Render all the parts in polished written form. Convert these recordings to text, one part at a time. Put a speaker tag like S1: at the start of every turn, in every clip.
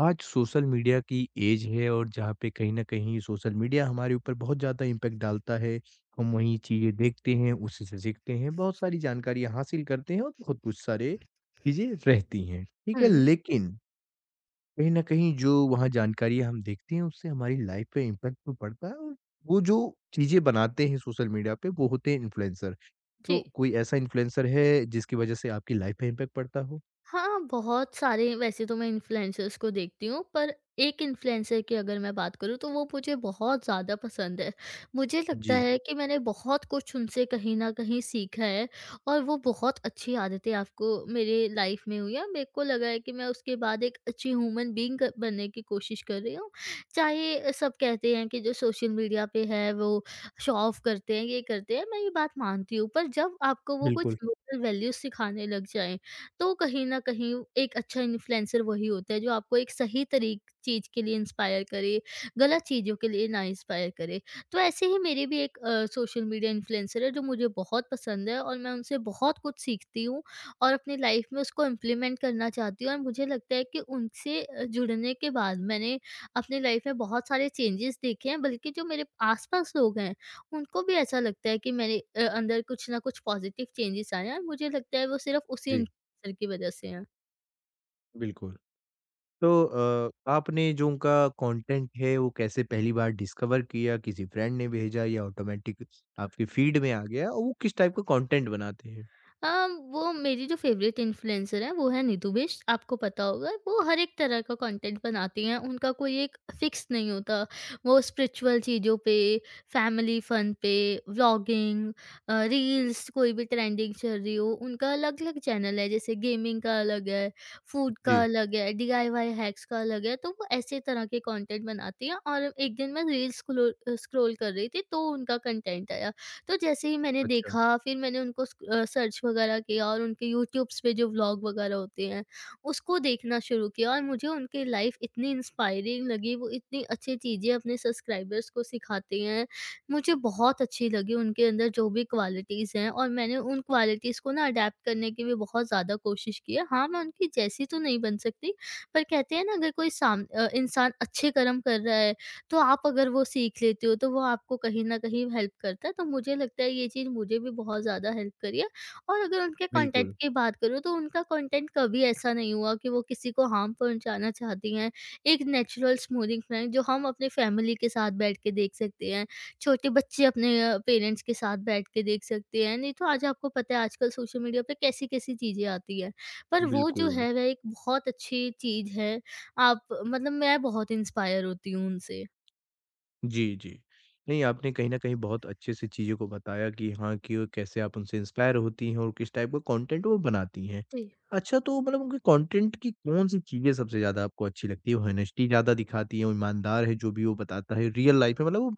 S1: आज social media की as है और जहाँ पे कहीं न कहीं सोशल मीडिया हमारे ऊपर बहुत ज़्यादा इम्पैक्ट डालता है। हम वही चीज़ें देखते हैं, उसी से सीखते हैं, बहुत सारी जानकारियाँ हासिल करते हैं और बहुत कुछ सारे चीज़ें रहती हैं, ठीक है?
S2: 嗯，
S1: लेकिन कहीं न कहीं जो वहाँ जानकारियाँ हम देखते हैं उससे हमारी लाइफ़ पे इम्पैक्ट तो पड़ता है और वो जो चीज़ें बनाते हैं सोशल मीडिया पे वो होते हैं इन्फ्लुएंसर। तो
S2: 对。
S1: कोई ऐसा इन्फ्लुएंसर है जिसकी वजह से आपकी लाइफ़ पे इम्पैक्ट पड़ता हो?
S2: हाँ, बहुत सारे वैसे तो मैं इन्फ्लुएंसर्स को देखती हूँ, पर एक इन्फ्लुएंसर की अगर मैं बात करूँ तो वो मुझे बहुत ज़्यादा पसंद है। मुझे लगता
S1: जी,
S2: है कि मैंने बहुत कुछ उनसे कहीं न कहीं सीखा है और वो बहुत अच्छी आदतें आपको मेरे लाइफ़ में हुई हैं। मेरे को लगा है कि मैं उसके बाद एक अच्छी ह्यूमन बीइंग क बनने की कोशिश कर रही हूँ। चाहे सब कहते हैं कि जो सोशल मीडिया पे है वो शो ऑफ करते हैं, ये करते हैं, मैं ये बात मानती हूँ। पर जब आपको वो
S1: बिल्कुल।
S2: कुछ लोकल वैल्यूज़ सिखाने लग जाएँ, तो कहीं न कहीं एक अच्छा इन्फ्लुएंसर वही होता है जो आपको एक सही तरी चीज़ के लिए इंस्पायर करे, गलत चीज़ों के लिए ना इंस्पायर करे। तो ऐसे ही मेरे भी एक सोशल मीडिया इन्फ्लुएंसर है जो मुझे बहुत पसंद है और मैं उनसे बहुत कुछ सीखती हूँ और अपनी लाइफ में उसको इम्प्लीमेंट करना चाहती हूँ, और मुझे लगता है कि उनसे जुड़ने के बाद मैंने अपनी लाइफ में बहुत सारे चेंजेस देखे हैं, बल्कि जो मेरे आस-पास लोग हैं, उनको भी ऐसा लगता है कि मेरे अंदर कुछ ना कुछ पॉजिटिव चेंजेस आए हैं और मुझे लगता है वो सिर्फ़ उसी
S1: जी,
S2: इन्फ्लुएंसर की वजह से हैं।
S1: बिल्कुल। तो आपने जो उनका कंटेंट है वो कैसे पहली बार डिस्कवर किया? किसी फ्रेंड ने भेजा या ऑटोमेटिक आपकी फीड में आ गया और वो किस टाइप का कंटेंट बनाते हैं?
S2: अ, वो मेरी जो फ़ेवरेट इन्फ्लुएंसर है वो है नीतू बिष्ट, आपको पता होगा। वो हर एक तरह का कंटेंट बनाती हैं, उनका कोई एक फ़िक्स नहीं होता। वो स्पिरिचुअल चीज़ों पे, फैमिली फ़न पे, व्लॉगिंग, रील्स, कोई भी ट्रेंडिंग चल रही हो, उनका अलग-अलग चैनल है। जैसे गेमिंग का अलग है, फूड का
S1: जी,
S2: अलग है, डीआईवाई हैक्स का अलग है, तो वो ऐसे तरह के कंटेंट बनाती हैं। और एक दिन मैं रील्स स्क्लो स्क्रॉल कर रही थी तो उनका कंटेंट आया। तो जैसे ही मैंने
S1: अच्छा,
S2: देखा, फिर मैंने उनको सर्च वगैरह किया और उनके यूट्यूब्स पे जो व्लॉग वगैरह होते हैं, उसको देखना शुरू किया, और मुझे उनकी लाइफ़ इतनी इंस्पायरिंग लगी। वो इतनी अच्छी चीज़ें अपने सब्सक्राइबर्स को सिखाते हैं, मुझे बहुत अच्छी लगी उनके अंदर जो भी क्वालिटीज़ हैं, और मैंने उन क्वालिटीज़ को ना अडैप्ट करने की भी बहुत ज़्यादा कोशिश की है। हाँ, मैं उनकी जैसी तो नहीं बन सकती, पर कहते हैं ना, अगर कोई इंसान अच्छे कर्म कर रहा है, तो आप अगर वो सीख लेते हो तो वो आपको कहीं न कहीं हेल्प करता है। तो मुझे लगता है ये चीज़ मुझे भी बहुत ज़्यादा हेल्प करी है। और अगर उनके कंटेंट
S1: बिल्कुल,
S2: की बात करूँ, तो उनका कंटेंट कभी ऐसा नहीं हुआ कि वो किसी को हार्म पहुँचाना चाहती हैं। एक नेचुरल स्मूदिंग फ्रेंड, जो हम अपने फैमिली के साथ बैठ के देख सकते हैं, छोटे बच्चे अपने पेरेंट्स के साथ बैठ के देख सकते हैं। नहीं तो आज आपको पता है, आजकल सोशल मीडिया पे कैसी-कैसी चीज़ें आती हैं। पर वो जो
S1: बिल्कुल।
S2: है वह एक बहुत अच्छी चीज़ है। आप मतलब मैं बहुत इंस्पायर होती हूँ उनसे।
S1: जी, जी। नहीं, आपने कहीं न कहीं बहुत अच्छे से चीज़ों को बताया कि हाँ, कि वो कैसे आप उनसे इंस्पायर होती हैं और किस टाइप का कंटेंट वो बनाती हैं।
S2: जी।
S1: अच्छा तो मतलब उनके कंटेंट की कौन-सी चीज़ें सबसे ज़्यादा आपको अच्छी लगती है? वो ऑनेस्टी ज़्यादा दिखाती हैं, वो ईमानदार है जो भी वो बताता है, रियल लाइफ है मतलब वो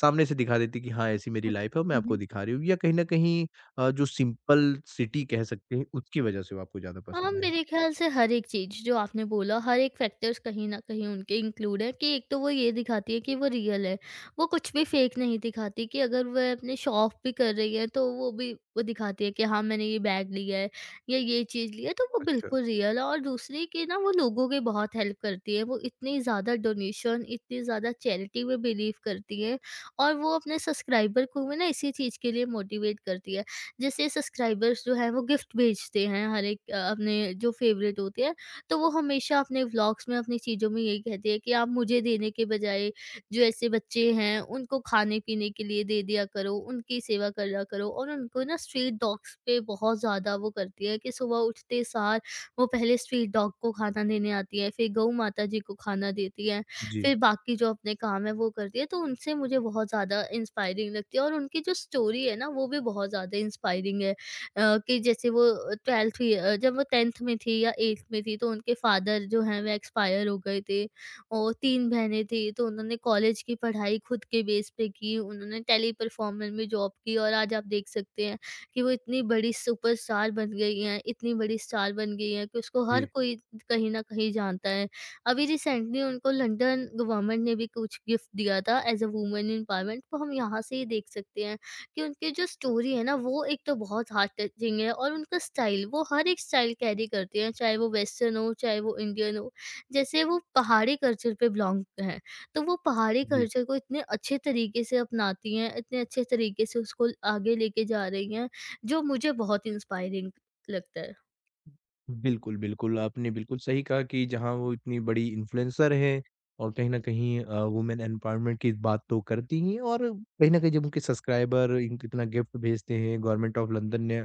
S1: सामने से दिखा देती है कि हाँ, ऐसी मेरी
S2: हुँ।
S1: लाइफ है और मैं
S2: हुँ,
S1: आपको
S2: हुँ।
S1: दिखा रही हूँ या कहीं न कहीं जो सिंपल सिटी कह सकते हैं उसकी वजह से वो आपको ज़्यादा
S2: हाँ,
S1: पसंद है?
S2: मेरे ख़्याल से हर एक चीज़ जो आपने बोला, हर एक फैक्टर्स कहीं न कहीं उनके इंक्लूड है। कि एक तो वो ये दिखाती है कि वो रियल है। वो कुछ भी फ़ेक नहीं दिखाती। कि अगर वह अपने शो ऑफ भी कर रही है तो वो भी वो दिखाती है कि हाँ, मैंने ये बैग लिया है या ये चीज़ ली है, तो वो
S1: अच्छा।
S2: बिल्कुल रियल है। और दूसरी, कि ना वो लोगों की बहुत हेल्प करती है। वो इतनी ज़्यादा डोनेशन, इतनी ज़्यादा चैरिटी में बिलीव करती है, और वो अपने सब्सक्राइबर को भी ना इसी चीज़ के लिए मोटिवेट करती है। जैसे सब्सक्राइबर्स जो हैं वो गिफ्ट भेजते हैं हर एक अपने जो फेवरेट होते हैं, तो वो हमेशा अपने व्लॉग्स में, अपनी चीज़ों में यही कहते हैं कि आप मुझे देने के बजाय, जो ऐसे बच्चे हैं उनको खाने-पीने के लिए दे दिया करो, उनकी सेवा करा करो। और उनको ना, स्ट्रीट डॉग्स पे बहुत ज़्यादा वो करती है, कि सुबह उठते सार वो पहले स्ट्रीट डॉग को खाना देने आती है, फिर गऊ माता जी को खाना देती है।
S1: जी,
S2: फिर बाकी जो अपने काम है वो करती है। तो उनसे मुझे बहुत ज़्यादा इंस्पायरिंग लगती है, और उनकी जो स्टोरी है ना, वो भी बहुत ज़्यादा इंस्पायरिंग है। कि जैसे वो 12th य जब वो 10th में थी या 8th में थी, तो उनके फादर जो हैं वो एक्सपायर हो गए थे, और 3 बहनें थी, तो उन्होंने कॉलेज की पढ़ाई खुद के बेस पे की। उन्होंने टेली परफॉर्मर में जॉब की, और आज आप देख सकते हैं कि वो इतनी बड़ी सुपरस्टार बन गई हैं, इतनी बड़ी स्टार बन गई हैं कि उसको हर
S1: जी,
S2: कोई कहीं न कहीं जानता है। अभी रिसेंटली उनको लंदन गवर्नमेंट ने भी कुछ गिफ्ट दिया था, एज अ वुमेन एम्पावरमेंट। तो हम यहाँ से ये देख सकते हैं कि उनकी जो स्टोरी है ना, वो एक तो बहुत हार्ट टचिंग है, और उनका स्टाइल, वो हर एक स्टाइल कैरी करते हैं, चाहे वो वेस्टर्न हो चाहे वो इंडियन हो। जैसे वो पहाड़ी कल्चर पे बिलोंग हैं, तो वो पहाड़ी
S1: जी।
S2: कल्चर को इतने अच्छे तरीके से अपनाती हैं, इतने अच्छे तरीके से उसको आगे लेके जा रही हैं, जो मुझे बहुत इंस्पायरिंग लगता है।
S1: बिल्कुल, बिल्कुल, आपने बिल्कुल सही कहा कि जहाँ वो इतनी बड़ी इन्फ्लुएंसर हैं और कहीं न कहीं वुमेन एम्पावरमेंट की बात तो करती ही हैं और कहीं न कहीं जब उनके सब्सक्राइबर इनको इतना गिफ्ट भेजते हैं, गवर्नमेंट ऑफ लंदन ने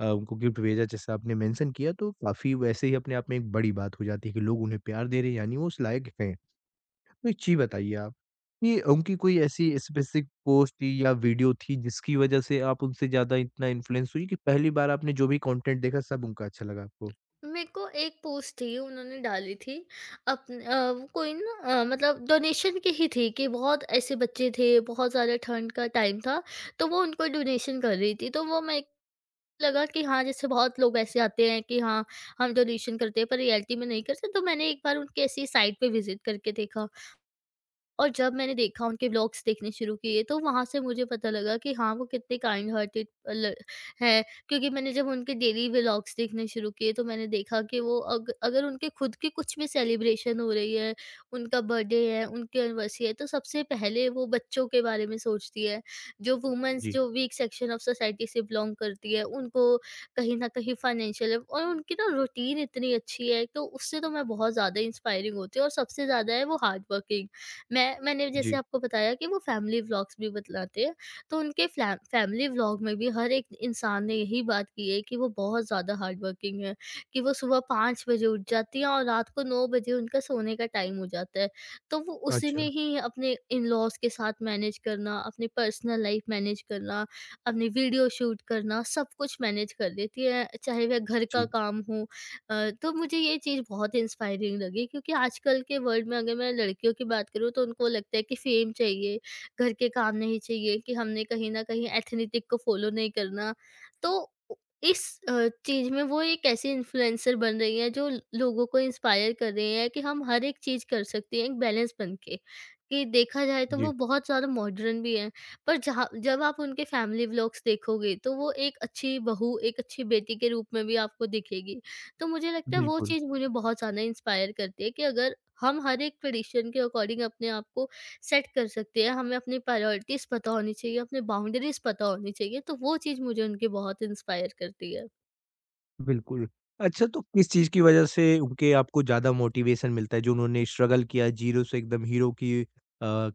S1: उनको गिफ्ट भेजा जैसा आपने मेंशन किया तो काफ़ी वैसे ही अपने आप में एक बड़ी बात हो जाती है कि लोग उन्हें प्यार दे रहे हैं यानी वो उस लायक हैं। तो एक चीज़ बताइए आप कि उनकी कोई ऐसी स्पेसिफिक पोस्ट थी या वीडियो थी जिसकी वजह से आप उनसे ज़्यादा इतना इन्फ्लुएंस हुई कि पहली बार आपने जो भी कंटेंट देखा सब उनका अच्छा लगा आपको?
S2: मेरे को एक पोस्ट थी उन्होंने डाली थी, वो कोई ना, मतलब डोनेशन की ही थी। कि बहुत ऐसे बच्चे थे, बहुत ज़्यादा ठंड का टाइम था, तो वो उनको डोनेशन कर रही थी। तो वो मेरे को लगा कि हाँ, जैसे बहुत लोग ऐसे आते हैं कि हाँ, हम डोनेशन करते हैं, पर रियलिटी में नहीं करते। तो मैंने एक बार उनके ऐसी साइट पे विजिट करके देखा, और जब मैंने देखा, उनके व्लॉग्स देखने शुरू किए, तो वहाँ से मुझे पता लगा कि हाँ, वो कितने काइंड हार्टेड ल हैं। क्योंकि मैंने जब उनके डेली व्लॉग्स देखने शुरू किए, तो मैंने देखा कि वो, अग अगर उनके खुद के कुछ भी सेलिब्रेशन हो रही है, उनका बर्थडे है, उनकी एनिवर्सरी है, तो सबसे पहले वो बच्चों के बारे में सोचती है। जो वुमेन्स,
S1: जी,
S2: जो वीक सेक्शन ऑफ सोसाइटी से बिलॉन्ग करती है, उनको कहीं न कहीं फाइनेंशियल। और उनकी ना रूटीन इतनी अच्छी है, तो उससे तो मैं बहुत ज़्यादा इंस्पायरिंग होती हूँ, और सबसे ज़्यादा है वो हार्ड वर्किंग। मैंने
S1: जी।
S2: जैसे आपको बताया कि वो फैमिली व्लॉग्स भी बतलाते हैं, तो उनके फ्लै फैमिली व्लॉग में भी हर एक इंसान ने यही बात की है कि वो बहुत ज़्यादा हार्ड वर्किंग है, कि वो सुबह 5 बजे उठ जाती हैं और रात को 9 बजे उनका सोने का टाइम हो जाता है। तो वो उसी में
S1: अच्छा,
S2: ही अपने इन-लॉज़ के साथ मैनेज करना, अपनी पर्सनल लाइफ मैनेज करना, अपनी वीडियो शूट करना, सब कुछ मैनेज कर लेती हैं, चाहे वह घर का
S1: जी,
S2: काम हो। तो मुझे ये चीज़ बहुत इंस्पायरिंग लगी, क्योंकि आजकल के वर्ल्ड में अगर मैं लड़कियों की बात करूँ, तो उनको लगता है कि फेम चाहिए, घर के काम नहीं चाहिए, कि हमने कहीं न कहीं एथनिटिक को फॉलो नहीं करना। तो उ इस चीज़ में वो एक ऐसी इन्फ्लुएंसर बन रही हैं जो लोगों को इंस्पायर कर रही हैं, कि हम हर एक चीज़ कर सकते हैं, एक बैलेंस बन के। कि देखा जाए तो वो
S1: जी।
S2: बहुत ज़्यादा मॉडर्न भी हैं, पर जहाँ, जब आप उनके फैमिली व्लॉग्स देखोगे, तो वो एक अच्छी बहू, एक अच्छी बेटी के रूप में भी आपको दिखेगी। तो मुझे लगता है वो
S1: बिल्कुल,
S2: चीज़ मुझे बहुत ज़्यादा इंस्पायर करती है, कि अगर हम हर एक ट्रेडिशन के अकॉर्डिंग अपने आप को सेट कर सकते हैं, हमें अपनी प्रायोरिटीज़ पता होनी चाहिए, अपने बाउंड्रीज़ पता होनी चाहिए, तो वो चीज़ मुझे उनकी बहुत इंस्पायर करती है।
S1: बिल्कुल। अच्छा तो किस चीज़ की वज़ह से उनके आपको ज़्यादा मोटिवेशन मिलता है? जो उन्होंने स्ट्रगल किया, ज़ीरो से एकदम हीरो की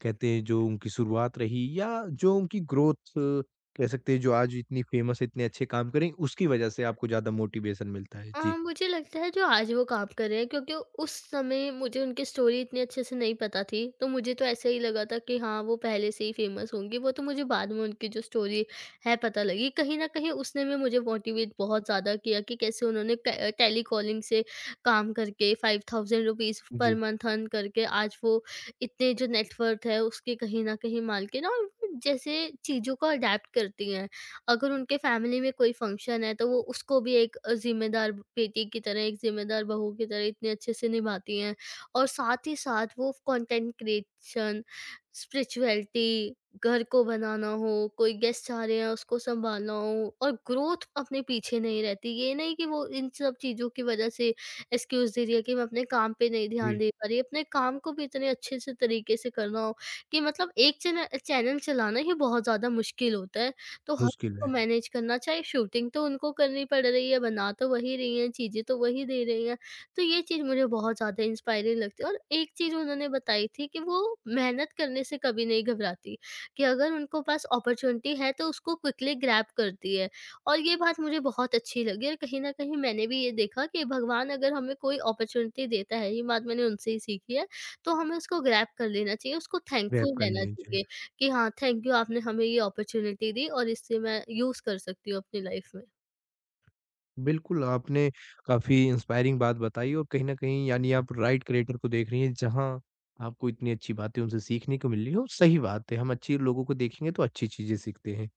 S1: कहते हैं जो उनकी शुरुआत रही या जो उनकी ग्रोथ कह सकते हैं जो आज इतनी फेमस है, इतने अच्छे काम कर रही हैं, उसकी वज़ह से आपको ज़्यादा मोटिवेशन मिलता है? जी,
S2: मुझे लगता है जो आज वो काम कर रहे हैं, क्योंकि उस समय मुझे उनकी स्टोरी इतनी अच्छे से नहीं पता थी, तो मुझे तो ऐसा ही लगा था कि हाँ, वो पहले से ही फेमस होंगी। वो तो मुझे बाद में उनकी जो स्टोरी है पता लगी, कहीं ना कहीं उसने भी मुझे मोटिवेट बहुत ज़्यादा किया, कि कैसे उन्होंने टेली कॉलिंग से काम करके 5,000 रुपीज़ पर
S1: जी,
S2: मंथ अर्न करके, आज वो इतने जो नेटवर्थ है उसके कहीं ना कहीं मालकिन। और वो जैसे चीज़ों को अडेप्ट करती हैं, अगर उनके फैमिली में कोई फंक्शन है तो वो उसको भी एक ज़िम्मेदार बेटी की तरह, एक ज़िम्मेदार बहू की तरह इतने अच्छे से निभाती हैं। और साथ ही साथ वो कंटेंट क्रिएशन, स्पिरिचुअलिटी, घर को बनाना हो, कोई गेस्ट आ रहे हैं उसको सँभालना हो, और ग्रोथ अपने पीछे नहीं रहती। ये नहीं कि वो इन सब चीज़ों की वजह से एक्सक्यूज़ दे रही है कि मैं अपने काम पे नहीं ध्यान
S1: जी।
S2: दे पा रही, अपने काम को भी इतने अच्छे से तरीके से करना हो, कि मतलब एक चैनल चलाना ही बहुत ज़्यादा मुश्किल होता है। तो
S1: मुश्किल
S2: को
S1: है
S2: मैनेज करना, चाहे शूटिंग तो उनको करनी पड़ रही है, बना तो वही रही हैं, चीज़ें तो वही दे रही हैं। तो ये चीज़ मुझे बहुत ज़्यादा इंस्पायरिंग लगती है और एक चीज़ उन्होंने बताई थी कि वो मेहनत करने से कभी नहीं घबराती, कि अगर उनको पास अपॉर्च्युनिटी है तो उसको क्विकली ग्रैब करती है। और ये बात मुझे बहुत अच्छी लगी और कहीं न कहीं मैंने भी ये देखा कि भगवान अगर हमें कोई अपॉर्च्युनिटी देता है, ये बात मैंने उनसे ही सीखी है, तो हमें उसको ग्रैब कर लेना चाहिए, उसको थैंकफुल
S1: रैप
S2: रहना
S1: करने जी।
S2: चाहिए। कि हाँ, थैंक यू आपने हमें ये अपॉर्च्युनिटी दी और इससे मैं यूज़ कर सकती हूँ अपनी लाइफ़ में।
S1: बिल्कुल, आपने काफ़ी इंस्पायरिंग बात बताई और कहीं न कहीं यानी आप राइट क्रिएटर को देख रही हैं, जहाँ आपको इतनी अच्छी बातें उनसे सीखने को मिल रही हैं और सही बात है, हम अच्छे लोगों को देखेंगे तो अच्छी चीज़ें सीखते हैं।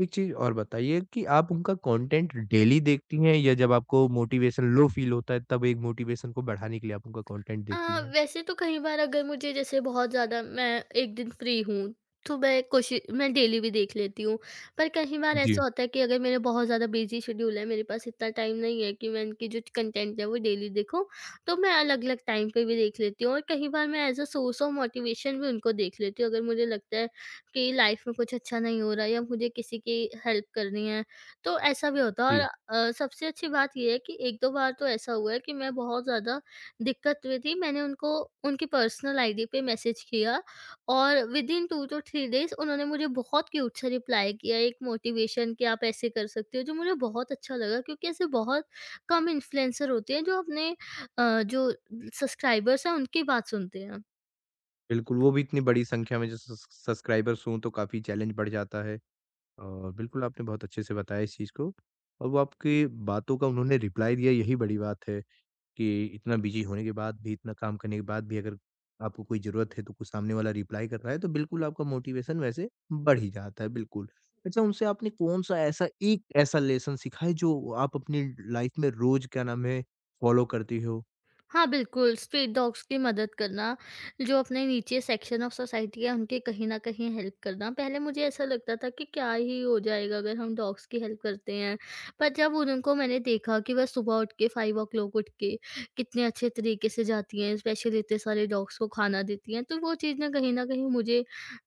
S1: एक चीज़ और बताइए कि आप उनका कंटेंट डेली देखती हैं या जब आपको मोटिवेशन लो फ़ील होता है, तब एक मोटिवेशन को बढ़ाने के लिए आप उनका कंटेंट
S2: अ,
S1: देखती हैं?
S2: वैसे तो कई बार अगर मुझे जैसे बहुत ज़्यादा मैं एक दिन फ्री हूँ, तो मैं कोशि मैं डेली भी देख लेती हूँ। पर कई बार
S1: जी।
S2: ऐसा होता है कि अगर मेरे बहुत ज़्यादा बिज़ी शेड्यूल है, मेरे पास इतना टाइम नहीं है कि मैं इनकी जो कंटेंट है वो डेली देखूँ, तो मैं अलग-अलग टाइम पे भी देख लेती हूँ और कई बार मैं as a source of motivation भी उनको देख लेती हूँ। अगर मुझे लगता है कि लाइफ़ में कुछ अच्छा नहीं हो रहा है या मुझे किसी की हेल्प करनी है, तो ऐसा भी होता है।
S1: जी,
S2: और सबसे अच्छी बात ये है कि 1-2 बार तो ऐसा हुआ है कि मैं बहुत ज़्यादा दिक्कत हुई थी, मैंने उनको उनकी पर्सनल आईडी पे मैसेज किया और विदिन 2 टू 3 डेज़ उन्होंने मुझे बहुत क्यूट सा रिप्लाई किया, एक मोटिवेशन कि आप ऐसे कर सकते हो, जो मुझे बहुत अच्छा लगा क्योंकि ऐसे बहुत कम इन्फ्लुएंसर होते हैं जो अपने जो सब्सक्राइबर्स हैं उनकी बात सुनते हैं।
S1: बिल्कुल, वो भी इतनी बड़ी संख्या में जो सस सब्सक्राइबर्स हों, तो काफ़ी चैलेंज बढ़ जाता है। और बिल्कुल आपने बहुत अच्छे से बताया इस चीज़ को और वो आपकी बातों का उन्होंने रिप्लाई दिया यही बड़ी बात है कि इतना बिज़ी होने के बाद भी, इतना काम करने के बाद भी अगर आपको कोई ज़रूरत है तो कुछ सामने वाला रिप्लाई कर रहा है तो बिल्कुल आपका मोटिवेशन वैसे बढ़ ही जाता है, बिल्कुल। अच्छा उनसे आपने कौन-सा ऐसा एक ऐसा लेसन सीखा है जो आप अपनी लाइफ़ में रोज़ क्या नाम है फॉलो करती हो?
S2: हाँ, बिल्कुल, स्ट्रीट डॉग्स की मदद करना, जो अपने नीचे सेक्शन ऑफ सोसाइटी है, उनकी कहीं न कहीं हेल्प करना। पहले मुझे ऐसा लगता था कि क्या ही हो जाएगा अगर हम डॉग्स की हेल्प करते हैं, पर जब उनको मैंने देखा कि वह सुबह उठ के 5 ओ क्लॉक उठ के कितने अच्छे तरीके से जाती हैं, स्पेशली इतने सारे डॉग्स को खाना देती हैं, तो वो चीज़ ने कहीं न कहीं मुझे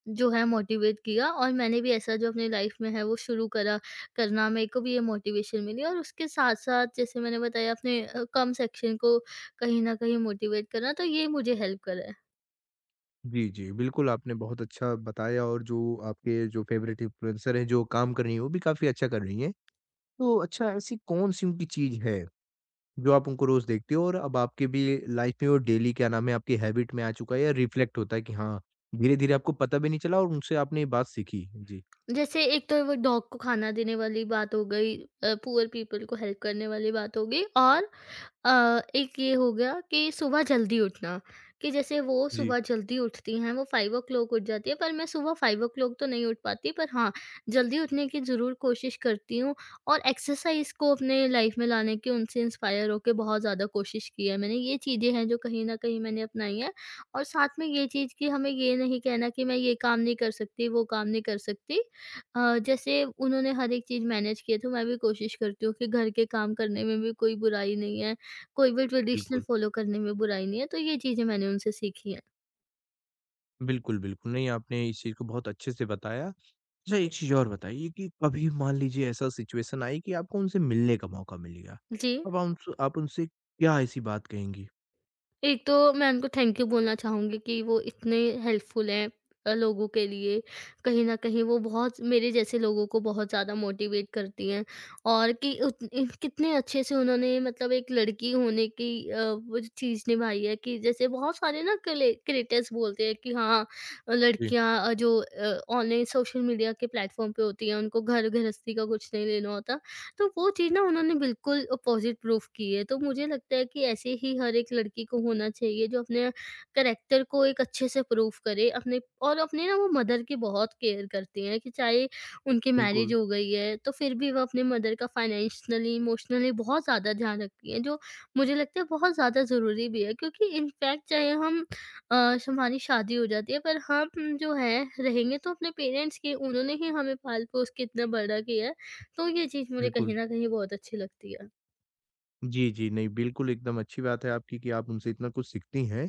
S2: जो है मोटिवेट किया और मैंने भी ऐसा जो अपनी लाइफ़ में है वो शुरू करा करना, मेरे को भी ये मोटिवेशन मिली और उसके साथ-साथ जैसे मैंने बताया अपने कम सेक्शन को कहीं न कहीं मोटिवेट करना, तो ये मुझे हेल्प करा है।
S1: जी, जी। बिल्कुल आपने बहुत अच्छा बताया और जो आपके जो फ़ेवरेट इन्फ्लुएंसर हैं जो काम कर रही हैं वो भी काफ़ी अच्छा कर रही हैं। तो अच्छा ऐसी कौन-सी उनकी चीज़ है, जो आप उनको रोज़ देखते हो और अब आपके भी लाइफ़ में वो डेली क्या नाम है आपकी हैबिट में आ चुका है या रिफ्लेक्ट होता है कि हाँ, धीरे-धीरे आपको पता भी नहीं चला और उनसे आपने ये बात सीखी? जी।
S2: जैसे एक तो वो डॉग को खाना देने वाली बात हो गई, पुअर पीपल को हेल्प करने वाली बात हो गई और एक ये हो गया कि सुबह जल्दी उठना, कि जैसे वो
S1: जी।
S2: सुबह जल्दी उठती हैं, वो 5 उठ जाती हैं, पर मैं सुबह 5 तो नहीं उठ पाती, पर हाँ, जल्दी उठने की ज़रूर कोशिश करती हूँ और एक्सरसाइज़ को अपने लाइफ में लाने की उनसे इंस्पायर होके बहुत ज़्यादा कोशिश की है मैंने। ये चीज़ें हैं जो कहीं न कहीं मैंने अपनाई हैं और साथ में ये चीज़ कि हमें ये नहीं कहना कि मैं ये काम नहीं कर सकती, वो काम नहीं कर सकती। जैसे उन्होंने हर एक चीज़ मैनेज किए, तो मैं भी कोशिश करती हूँ कि घर के काम करने में भी कोई बुराई नहीं है, कोई भी ट्रेडिशनल
S1: बिल्कुल।
S2: फ़ॉलो करने में बुराई नहीं है, तो ये चीज़ें मैंने उनसे सीखी हैं।
S1: बिल्कुल, बिल्कुल। नहीं आपने इस चीज़ को बहुत अच्छे से बताया। अच्छा एक चीज़ और बताइए कि कभी मान लीजिए ऐसा सिचुएशन आई कि आपको उनसे मिलने का मौका मिल गया,
S2: जी,
S1: अब आप उनसे क्या ऐसी बात कहेंगी?
S2: एक तो मैं उनको थैंक यू बोलना चाहूँगी कि वो इतने हेल्पफुल हैं लोगों के लिए। कहीं न कहीं वो बहुत मेरे जैसे लोगों को बहुत ज़्यादा मोटिवेट करती हैं और कि उत इन कितने अच्छे से उन्होंने मतलब एक लड़की होने की वो जो चीज़ निभाई है कि जैसे बहुत सारे ना क्ले क्रिएटर्स बोलते हैं कि हाँ,
S1: जी।
S2: लड़कियाँ जो ऑनलाइन सोशल मीडिया के प्लेटफ़ॉर्म पे होती हैं, उनको घर गृहस्थी का कुछ नहीं लेना होता। तो वो चीज़ ना उन्होंने बिल्कुल अपोज़िट प्रूफ़ की है। तो मुझे लगता है कि ऐसे ही हर एक लड़की को होना चाहिए जो अपने करैक्टर को एक अच्छे से प्रूफ़ करे अपने, और अपने ना वो मदर की बहुत केयर करती हैं कि चाहे उनकी मैरिज
S1: बिल्कुल।
S2: हो गई है तो फिर भी वो अपने मदर का फाइनेंशियली, इमोशनली बहुत ज़्यादा ध्यान रखती हैं, जो मुझे लगता है बहुत ज़्यादा ज़रूरी भी है। क्योंकि इनफैक्ट चाहे हम हमारी शादी हो जाती है पर हम जो है रहेंगे तो अपने पेरेंट्स के, उन्होंने ही हमें पाल-पोस के इतना बड़ा किया है, तो ये चीज़ मुझे
S1: बिल्कुल।
S2: कहीं न कहीं बहुत अच्छी लगती है।
S1: जी, जी। नहीं, बिल्कुल एकदम अच्छी बात है आपकी कि आप उनसे इतना कुछ सीखती हैं।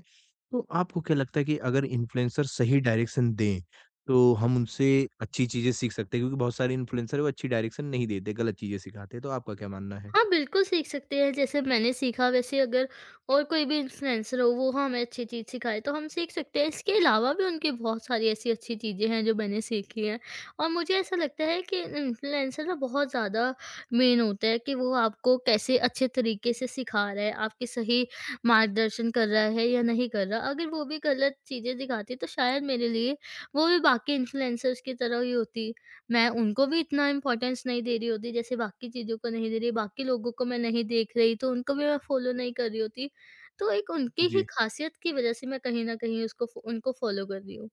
S1: तो आपको क्या लगता है कि अगर इन्फ्लुएंसर सही डायरेक्शन दें, तो हम उनसे अच्छी चीज़ें सीख सकते हैं? क्योंकि बहुत सारे इन्फ्लुएंसर हैं, वो अच्छी डायरेक्शन नहीं देते, गलत चीज़ें सिखाते हैं। तो आपका क्या मानना है?
S2: हाँ, बिल्कुल सीख सकते हैं। जैसे मैंने सीखा वैसे अगर और कोई भी इन्फ्लुएंसर हो वो हमें अच्छी चीज़ सिखाए तो हम सीख सकते हैं। इसके अलावा भी उनकी बहुत सारी ऐसी-अच्छी चीज़ें हैं जो मैंने सीखी हैं, और मुझे ऐसा लगता है कि इन्फ्लुएंसर ना बहुत ज़्यादा मेन होता है कि वो आपको कैसे अच्छे तरीके से सिखा रहा है, आपके सही मार्गदर्शन कर रहा है या नहीं कर रहा। अगर वो भी गलत चीज़ें दिखाती तो शायद मेरे लिए वो भी बाकी इन्फ्लुएंसर्स की तरह ही होती। मैं उनको भी इतना इम्पोर्टेंस नहीं दे रही होती, जैसे बाकी चीज़ों को नहीं दे रही, बाकी लोगों को मैं नहीं देख रही तो उनको भी मैं फ़ॉलो नहीं कर रही होती। तो एक उनकी ही
S1: जी।
S2: ख़ासियत की वज़ह से मैं कहीं न कहीं उसको फ़ो उनको फ़ॉलो कर रही हूँ।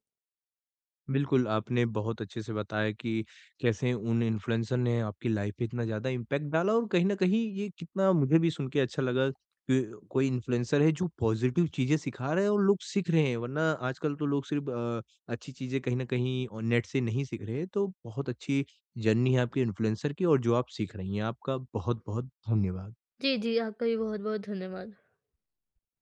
S1: बिल्कुल, आपने बहुत अच्छे से बताया कि कैसे उन इन्फ्लुएंसर ने आपकी लाइफ पे इतना ज़्यादा इम्पैक्ट डाला और कहीं न कहीं ये कितना मुझे भी सुन के अच्छा लगा कि कोई इन्फ्लुएंसर है जो पॉज़िटिव चीज़ें सिखा रहा है और लोग सीख रहे हैं। वरना आजकल तो लोग सिर्फ़ अच्छी चीज़ें कहीं न कहीं और नेट से नहीं सीख रहे हैं। तो बहुत अच्छी जर्नी है आपकी इन्फ्लुएंसर की और जो आप सीख रही हैं। आपका बहुत-बहुत धन्यवाद।
S2: जी, जी, आपका भी बहुत-बहुत धन्यवाद।